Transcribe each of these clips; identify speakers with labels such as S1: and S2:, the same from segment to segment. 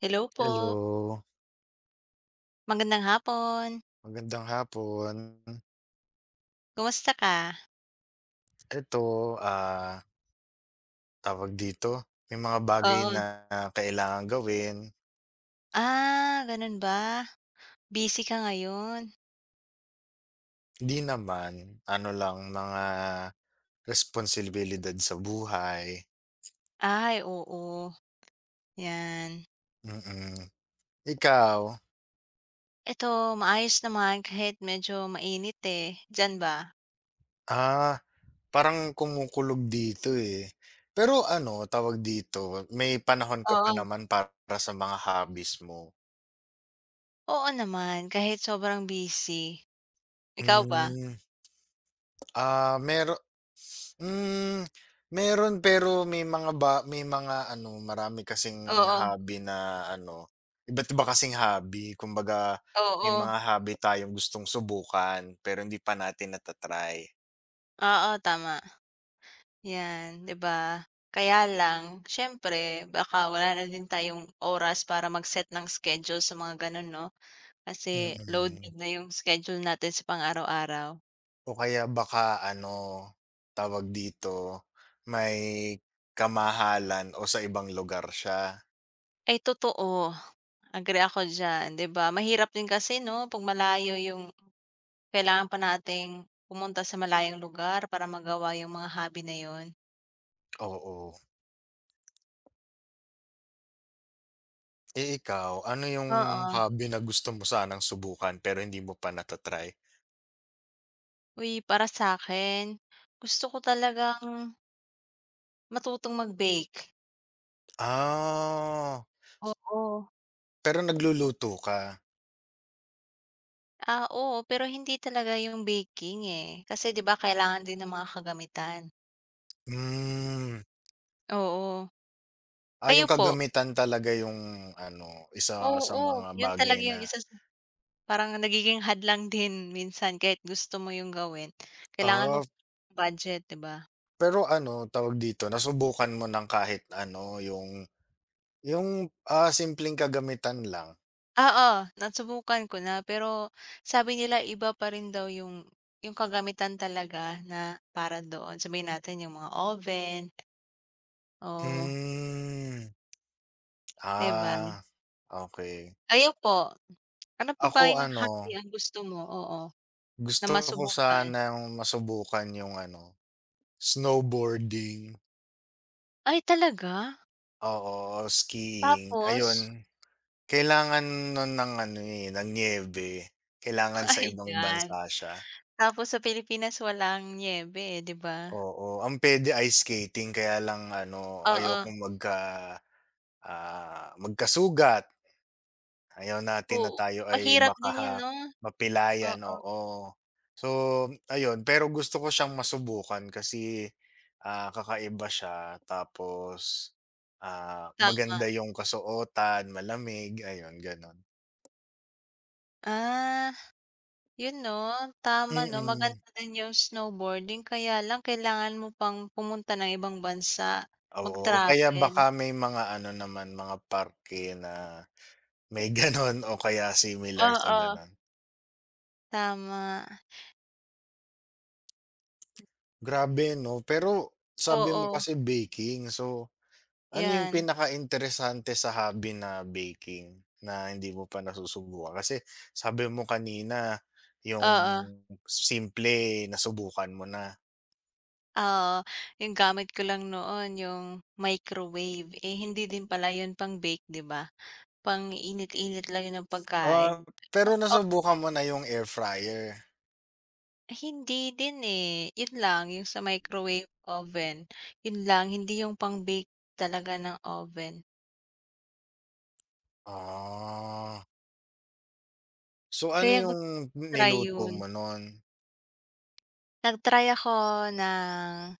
S1: Hello po,
S2: Hello,
S1: magandang hapon.
S2: magandang hapon.
S1: Kumusta ka?
S2: Eto, tawag dito, may mga bagay
S1: Oo.
S2: na kailangang gawin,
S1: Ah, ganun ba? Busy ka ngayon?
S2: hindi naman, ano lang mga responsibilidad sa buhay,
S1: Ay, oo, 'yan.
S2: mm. Ikaw?
S1: Eto, maayos naman kahit medyo mainit, eh, diyan ba?
S2: Ah, parang kumukulog dito, eh. Pero ano, tawag dito, may panahon ka pa
S1: Oo.
S2: naman para sa mga hobbies mo.
S1: Oo naman, kahit sobrang busy. Ikaw ba?
S2: Hmm, ah, mer Hmm, meron pero may mga ano, marami kasing
S1: Oo,
S2: hobby na ano, iba't iba kasing hobby. Kumbaga may
S1: oo,
S2: mga hobby tayong gustong subukan pero hindi pa natin nata-try.
S1: oo, tama, 'yan, 'di ba? Kaya lang siyempre baka wala na din tayong oras para mag-set ng schedule sa mga gano'n 'no? Kasi
S2: Mm.
S1: loaded na yung schedule natin sa pang-araw-araw.
S2: O kaya baka ano, tawag dito, may kamahalan o sa ibang lugar siya.
S1: Ay totoo, agree ako diyan, 'di ba? Mahirap din kasi 'no 'pag malayo yung kailangan pa nating pumunta sa malayong lugar para magawa yung mga hobby na yun.
S2: Oo. Eh, ikaw, ano yung
S1: Oo.
S2: hobby na gusto mo sanang subukan pero hindi mo pa nata-try?
S1: Uy, para sa'kin, gusto ko talagang matutong mag-bake.
S2: Ah.
S1: Oo.
S2: Pero nagluluto ka?
S1: Ah, oo, pero hindi talaga yung baking, eh, kasi 'di ba kailangan din ng mga kagamitan.
S2: Hmm,
S1: Oo. Kayo
S2: yung
S1: po?
S2: kagamitan talaga yung ano, isa sa
S1: Oo,
S2: mga
S1: yun
S2: bagay
S1: talaga
S2: na
S1: yung isa sa parang nagiging hadlang din minsan kahit gusto mo yung gawin, kailangan mo
S2: ah,
S1: budget, 'di ba?
S2: pero ano, tawag dito, nasubukan mo ng kahit ano, yung, ah, simpleng kagamitan lang?
S1: Oo, nasubukan ko na pero sabi nila iba pa rin daw yung kagamitan talaga na para doon, sabihin natin yung mga oven o
S2: Hmm,
S1: 'di ba?
S2: ah, okey.
S1: Kayo po, ano pa ba
S2: Ako
S1: yung hobby
S2: ano,
S1: ang gusto mo? Oo, na
S2: gusto ko
S1: masubukan?
S2: sanang masubukan yung ano, snowboarding,
S1: Ay talaga?
S2: oo, skiing, ayun.
S1: Tapos?
S2: Kailangan nun ng ano, eh, ng niyebe, kailangan sa ibang bansa
S1: Ayan.
S2: siya,
S1: Tapos sa Pilipinas walang niyebe, eh, 'di ba?
S2: oo. Ang pwede ice skating kaya lang ano,
S1: Oo.
S2: ayokong magka, magkasugat, ayaw natin na
S1: Oo,
S2: tayo ay
S1: mahirap din 'yun
S2: baka
S1: 'no?
S2: mapilayan,
S1: Oo,
S2: oo. So ayun, pero gusto ko siyang masubukan kasi, kakaiba siya tapos, maganda
S1: tama.
S2: yung kasuotan, malamig, ayun gano'n.
S1: Ah, 'yun 'no, tama 'no,
S2: Mm.
S1: maganda din 'yung snowboarding kaya lang kailangan mo pang pumunta ng ibang bansa,
S2: Oo, o kaya
S1: mag-travel.
S2: baka may mga ano naman, mga parke na may gano'n o kaya similar sa
S1: Oo,
S2: gano'n.
S1: tama.
S2: Grabe 'no, pero sabi mo
S1: Oo,
S2: kasi baking, so ano yung
S1: 'yan.
S2: pinakainteresante sa hobby na baking na hindi mo pa nasusubukan? Kasi sabi mo kanina yung
S1: Oo,
S2: simple nasubukan mo na.
S1: oo, 'yung gamit ko lang noon 'yung microwave, eh, hindi din pala 'yun pang-bake, 'di ba? Pang-init-init lang 'yun ng pagkain.
S2: Ah, pero nasubukan mo na yung air fryer?
S1: Hindi din, eh. 'Yun lang, 'yung sa microwave oven, 'yun lang. Hindi 'yung pang-bake talaga ng oven.
S2: Ah, so ano
S1: Kaya
S2: yung
S1: gusto ko try
S2: niluto
S1: 'yun.
S2: mo nun?
S1: Nag-try ako ng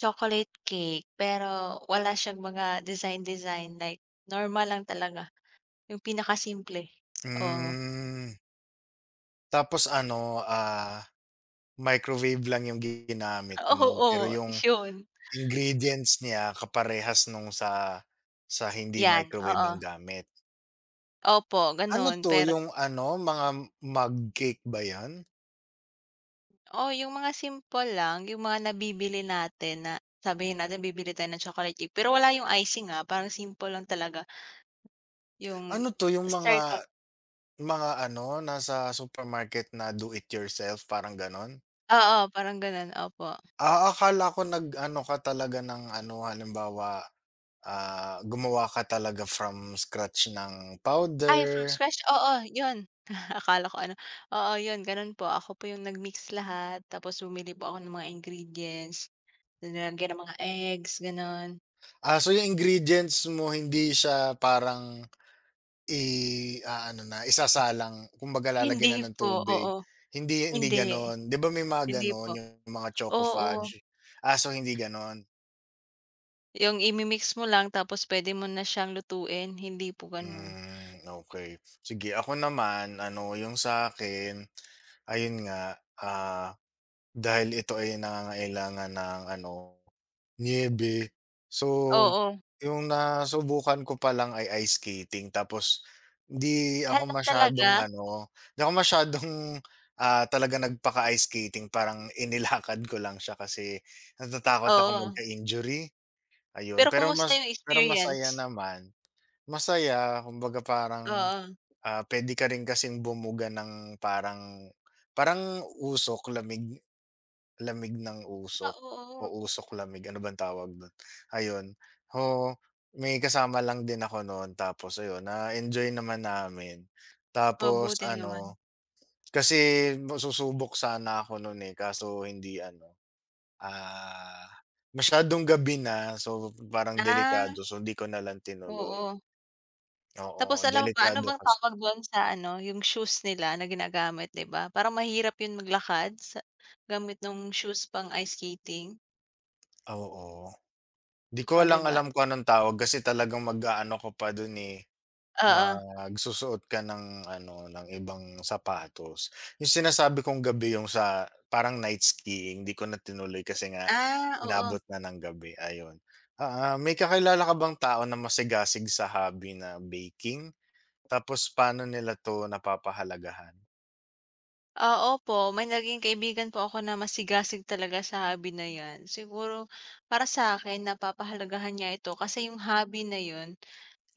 S1: chocolate cake, pero wala siyang mga design-design, like normal lang talaga, 'yung pinakasimple. Oo.
S2: Hmm. Tapos ano, ah, microwave lang yung ginamit
S1: Oo,
S2: mo, pero
S1: oo,
S2: yung
S1: 'yun.
S2: ingredients niya kaparehas nung sa hindi
S1: 'Yan,
S2: microwave ang
S1: oo.
S2: gamit.
S1: Opo,
S2: Ano
S1: gano'n,
S2: 'to,
S1: pero
S2: yung ano, mga mug cake ba 'yan?
S1: oo, yung mga simple lang, yung mga nabibili natin na sabihin natin bibili tayo ng chocolate cake, pero wala yung icing, ah, parang simple lang talaga yung
S2: Ano 'to, yung mga
S1: circle,
S2: mga ano, nasa supermarket na do it yourself, parang gano'n?
S1: oo, parang gano'n, opo.
S2: Ah, akala ko nag-ano ka talaga ng ano, halimbawa, gumawa ka talaga from scratch ng
S1: Ay,
S2: powder.
S1: from scratch, oo, yun. Akala ko ano, oo, yun gano'n po. Ako po yung nag-mix lahat tapos bumili po ako ng mga ingredients, nilagyan ng mga eggs, gano'n.
S2: Ah, so yung ingredients mo hindi siya parang i-aano na, isasalang kumbaga
S1: Hindi
S2: lalagyan na ng
S1: po,
S2: tubig,
S1: oo,
S2: hindi hindi
S1: hindi,
S2: gano'n. 'Di ba may mga
S1: hindi po.
S2: gano'n yung mga choco
S1: Oo,
S2: fudge? Ah, so hindi gano'n?
S1: yung imimix mo lang tapos pwede mo na siyang lutuin, hindi po gano'n.
S2: Hmm, okey. Sige ako naman ano yung sa'kin, ayun nga, ah, dahil ito ay nangangailangan ng ano niyebe. So,
S1: Oo.
S2: yung nasubukan ko pa lang ay ice skating tapos hindi ako
S1: Hala talaga?
S2: masyadong ano, hindi ako masyadong, talaga nagpaka-ice skating parang inilakad ko lang siya kasi natatakot ako
S1: Oo.
S2: magka-injury, ayun.
S1: Pero
S2: Pero
S1: kumusta
S2: mas
S1: yung
S2: pero masaya
S1: experience?
S2: naman, masaya kumbaga parang,
S1: Oo.
S2: puwede ka rin kasing bumuga ng parang parang usok, lamig. Lamig ng
S1: Ah,
S2: usok o
S1: oo.
S2: usok-lamig, ano bang tawag dun? Ayun, ho may kasama lang din ako noon tapos ayun, na-enjoy naman namin. Tapos
S1: Mabuti naman.
S2: ano, kasi susubok sana ako noon eh, kaso hindi ano, ah, masyadong gabi na so parang
S1: Ah,
S2: delikado so hindi ko nalang tinuloy.
S1: oo.
S2: Oo,
S1: Tapos alam mo ba, ano
S2: delikado
S1: bang
S2: kasi
S1: tawag dun sa ano, yung shoes nila na ginagamit, 'di ba? Parang mahirap yun maglakad sa gamit nung shoes pang ice skating.
S2: oo. Di ko
S1: Oh, 'di
S2: lang
S1: ba?
S2: alam kung anong tawag kasi talagang mag-aano ko pa dun, eh.
S1: Oo.
S2: Magsusuot ka ng ano, ng ibang sapatos. Yung sinasabi kong gabi yung sa parang night skiing, 'di ko na tinuloy kasi nga
S1: Ah, oo.
S2: inabot na ng gabi, ayun. Ah, may kakilala ka bang tao na masigasig sa hobby na baking? Tapos paano nila 'to napapahalagahan?
S1: Oo po, may naging kaibigan po ako na masigasig talaga sa hobby na 'yan. Siguro para sa'kin napapahalagahan niya ito kasi yung hobby na yun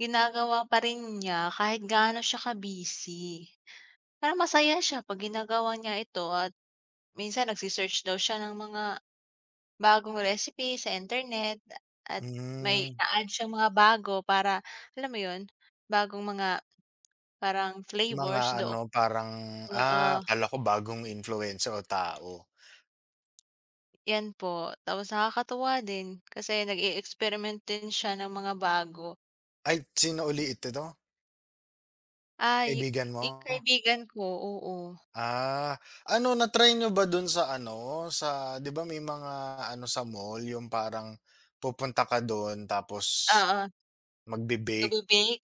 S1: ginagawa pa rin niya kahit gaano siya ka-busy. Parang masaya siya 'pag ginagawa niya ito at minsan nagse-search daw siya ng mga bagong recipe sa internet at may
S2: Hmm,
S1: ina-add siyang mga bago para alam mo 'yun, bagong mga parang
S2: mga
S1: flavors do
S2: ano, parang,
S1: oo,
S2: akala ko bagong influencer o tao.
S1: 'yan po. Tapos nakakatuwa din kasi nag-e-experiment din siya ng mga bago.
S2: Ay, sino uli ito? 'To?
S1: Ay,
S2: Kaibigan mo?
S1: 'yung kaibigan ko oo.
S2: Ah, ano na-try nyo ba dun sa ano, sa 'di ba may mga ano sa mall yung parang pupunta ka dun tapos
S1: Oo,
S2: magbe-bake?
S1: nagbe-bake.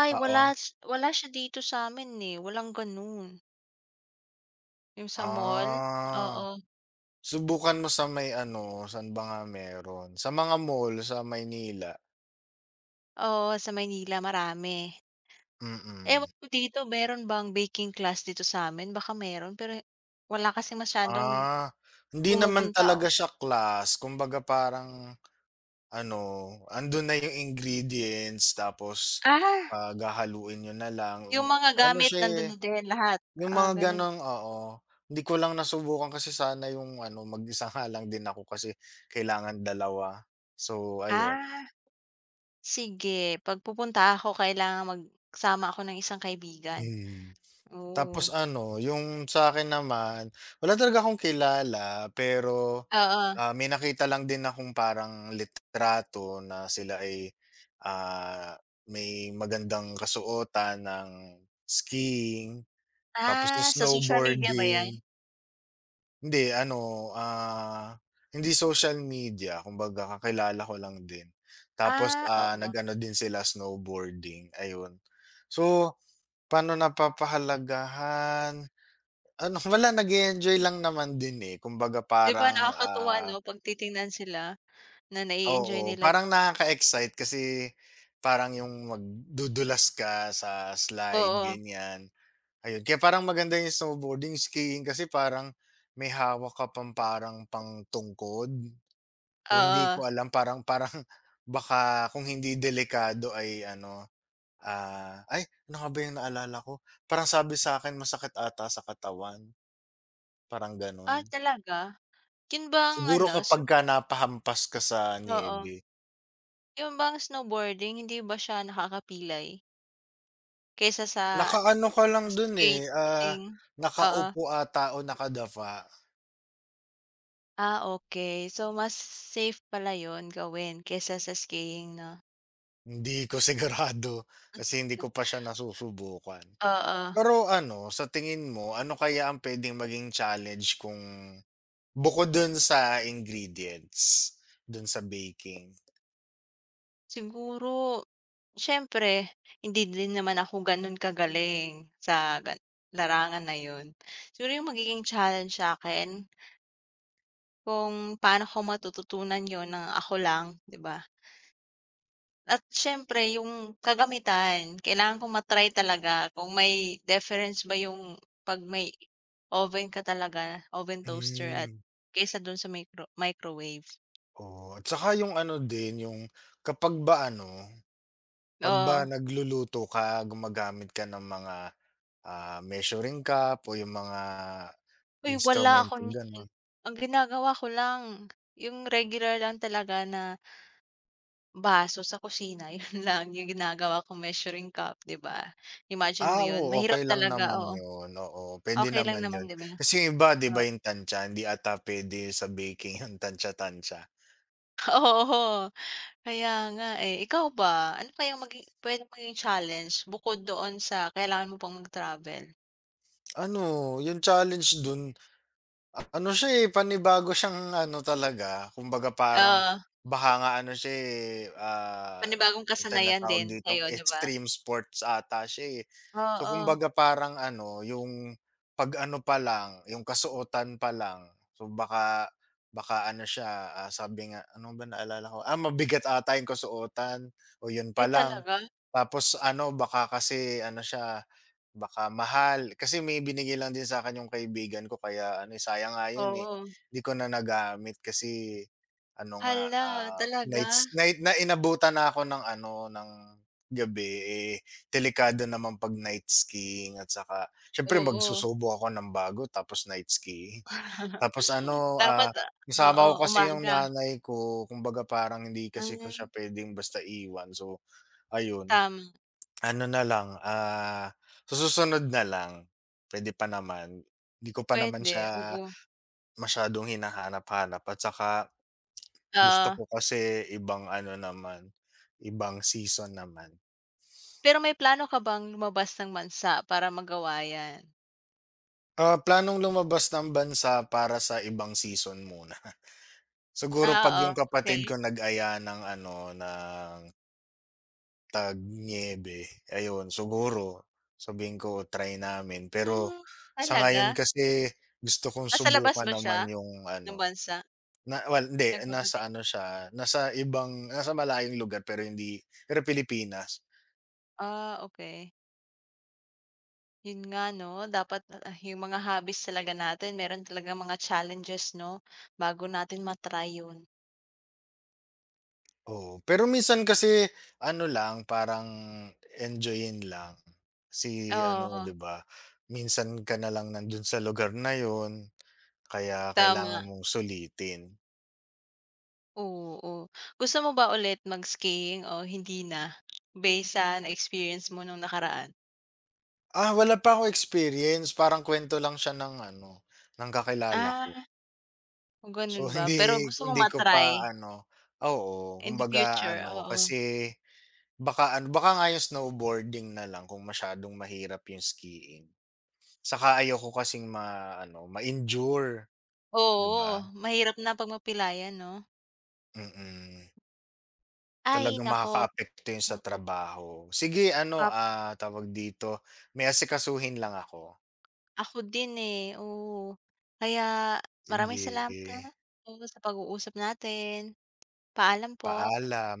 S1: Ay
S2: Oo.
S1: wala siya dito sa amin eh, walang gano'n. Yung sa mall, hmm.
S2: Ah,
S1: Oo.
S2: subukan mo sa may ano, saan ba nga meron? Sa mga mall sa Maynila.
S1: Oo, sa Maynila marami. Ewan
S2: Mm.
S1: ko dito meron bang baking class dito sa amin? Baka meron pero wala kasi masyadong
S2: Ah, hindi naman
S1: pumupunta, oh.
S2: talaga siya class kumbaga parang ano, andun na yung ingredients tapos,
S1: Ah,
S2: hahaluin niyo na lang.
S1: yung mga
S2: Ano
S1: gamit
S2: siya,
S1: nandun
S2: eh
S1: na din lahat,
S2: yung
S1: ah,
S2: mga
S1: gano'n.
S2: gano'ng oo. Hindi ko lang nasubukan kasi sana yung ano, mag-isa nga lang din ako kasi kailangan dalawa. So, ayun.
S1: Ah, sige 'pag pupunta ako kailangan magsama ako ng isang kaibigan.
S2: Mm.
S1: Oo,
S2: Tapos ano, yung sa'kin naman, wala talaga akong kilala pero,
S1: oo.
S2: may nakita lang din akong parang litrato na sila ay, ah, may magandang kasuotan ng skiing tapos
S1: Ah, sa social media ba 'yan?
S2: snowboarding. Hindi ano, ah, hindi social media kumbaga kakilala ko lang din. Tapos,
S1: Ah, oo.
S2: nag-ano din sila snowboarding, ayun. So, paano napapahalagahan? Ano wala nag-e-enjoy lang naman din, eh, kumbaga
S1: 'Di ba
S2: parang,
S1: nakakatuwa
S2: ah
S1: 'no 'pag titingnan sila na na-e-enjoy
S2: oo,
S1: nila
S2: parang nakaka-excite kasi parang yung magdudulas ka sa slide
S1: oo,
S2: ganyan, ayun. Kaya parang maganda yung snowboarding, skiing kasi parang may hawak ka pang parang pangtungkod. So, hindi
S1: oo.
S2: ko alam parang parang baka kung hindi delikado ay ano, ay ano nga ba yung naalala ko? Parang sabi sa akin masakit ata sa katawan, parang
S1: Ah,
S2: gano'n.
S1: talaga? Yun bang
S2: Siguro
S1: ano
S2: kapag kapagka napahampas ka sa
S1: oo,
S2: niyebe.
S1: yun bang snowboarding hindi ba siya nakakapilay kaysa sa
S2: Nakaano ka lang dun, eh, ah,
S1: skating? Oo.
S2: nakaupo ata o nakadapa.
S1: Ah, okey. So, mas safe pala yun gawin kaysa sa skiing 'no?
S2: Hindi ko sigurado kasi hindi ko pa siya nasusubukan.
S1: Oo,
S2: Pero ano, sa tingin mo, ano kaya ang puwedeng maging challenge kung bukod dun sa ingredients, dun sa baking.
S1: siguro siyempre, hindi din naman ako gano'n kagaling sa larangan na 'yun. Siguro yung magiging challenge sa akin kung paano ko matututunan yon ng ako lang, 'di ba? At siyempre yung kagamitan, kailangan ko matry talaga kung may difference ba yung 'pag may oven ka talaga, oven toaster at
S2: Hmm.
S1: kaysa do'n sa microwave.
S2: Oo, at saka yung ano din, yung kapag ba ano, 'pag ba
S1: Oo.
S2: nagluluto ka, gumagamit ka ng mga, measuring cup o yung mga
S1: Uy, wala ako
S2: instrumentong
S1: niyan.
S2: gano'n.
S1: Ang ginagawa ko lang yung regular lang talaga na baso sa kusina, yun lang yung ginagawa kong measuring cup, 'di ba? Imagine
S2: Ah,
S1: mo yun,
S2: oo,
S1: mahirap
S2: okey lang
S1: talaga,
S2: naman
S1: oo.
S2: yun, oo, puwede
S1: Okay lang
S2: naman yun.
S1: naman, 'di ba?
S2: Kasi yung iba 'di ba
S1: Ah, oo.
S2: yung tantsa, hindi ata puwede sa baking yung tantsa-tantsa.
S1: Oo, kaya nga, eh. Ikaw ba, ano kaya puwedeng maging challenge bukod doon sa kailangan mo pang mag-travel?
S2: Ano, yung challenge dun a ano siya, eh, panibago siyang ano talaga, kumbaga parang
S1: Oo,
S2: baka nga ano siya, eh,
S1: panibagong
S2: ang
S1: kasanayan
S2: tinatawag
S1: din
S2: ditong
S1: kayo, 'di ba?
S2: extreme sports ata siya, eh. So,
S1: Oo.
S2: kumbaga parang ano, yung 'pag ano pa lang, yung kasuotan pa lang, so baka baka ano siya, ah, sabi nga ano ba naalala ko, mabigat ata yung kasuotan o yun pa
S1: Ay,
S2: lang.
S1: talaga?
S2: Tapos ano, baka kasi ano siya baka mahal, kasi may binigay lang din sa sa'kin yung kaibigan ko kaya ano, eh, sayang nga yun, eh,
S1: Oo.
S2: 'di ko na nagamit kasi ano nga,
S1: Hala, talaga?
S2: nights night na inabutan na ako ng ano, ng gabi, eh, delikado naman 'pag night skiing at saka siyempre
S1: Oo.
S2: magsusubo ako ng bago tapos night skiing. Tapos ano, ah,
S1: Dapat, ah
S2: kasama ko
S1: oo,
S2: kasi yung
S1: umaga.
S2: nanay ko kumbaga parang hindi kasi ko siya
S1: Hmm,
S2: puwedeng basta iwan so ayun.
S1: tama.
S2: Ano na lang, ah, sa susunod na lang, pwede pa naman. Hindi ko pa naman
S1: Puwede,
S2: siya
S1: oo.
S2: masyadong hinahanap-hanap at saka gusto
S1: Ah,
S2: ko kasi ibang ano naman, ibang season naman.
S1: pero may plano ka bang lumabas ng bansa para magawa 'yan?
S2: Ah, planong lumabas ng bansa para sa ibang season muna. Siguro
S1: Ah,
S2: 'pag yung
S1: oo,
S2: kapatid
S1: okey.
S2: ko nag-aya ng ano, ng tag niebe, ayun siguro sabihin ko try namin. Pero
S1: Hmm,
S2: sa
S1: talaga?
S2: ngayon kasi gusto kong
S1: Nasa labas
S2: subukan
S1: ba siya
S2: naman yung
S1: ng
S2: ano
S1: bansa,
S2: na well, hindi,
S1: ng kapatid?
S2: nasa ano siya, nasa ibang nasa malayong lugar pero hindi pero Pilipinas.
S1: Ah, okey. 'Yun nga 'no, dapat, ah, yung mga hobbies talaga natin meron talagang mga challenges 'no, bago natin ma-try 'yun.
S2: Oo, pero minsan kasi ano lang, parang enjoyin lang. Si ano,
S1: Oo,
S2: 'di ba, minsan ka na lang nandun sa lugar na yon kaya kailangan
S1: tama.
S2: mong sulitin.
S1: Oo. Gusto mo ba ulit mag-skiing o hindi na, base sa na-experience mo nung nakaraan?
S2: Ah, wala pa ako experience, parang kwento lang siya ng ano, ng kakilala ko.
S1: Ah. Oh,
S2: So,
S1: ganun ba? Pero
S2: hindi
S1: gusto mong
S2: hindi ko
S1: ma-try
S2: pa ano oo,
S1: in the
S2: kumbaga
S1: future,
S2: ano,
S1: oo.
S2: kasi baka ano, baka nga yung snowboarding na lang kung masyadong mahirap yung skiing. Saka ayoko kasing ma-ano, ma-injure, 'di ba?
S1: Oo, mahirap na 'pag mapilayan 'no?
S2: Mm.
S1: Ay
S2: Talagang
S1: naku,
S2: makakaapekto yun sa
S1: mm,
S2: trabaho. Sige ano,
S1: pap
S2: tawag dito, may asikasuhin lang ako.
S1: ako din, eh, oo. Kaya maraming salamat,
S2: Sige,
S1: ah, oo, sa pag-uusap natin. Paalam po.
S2: paalam.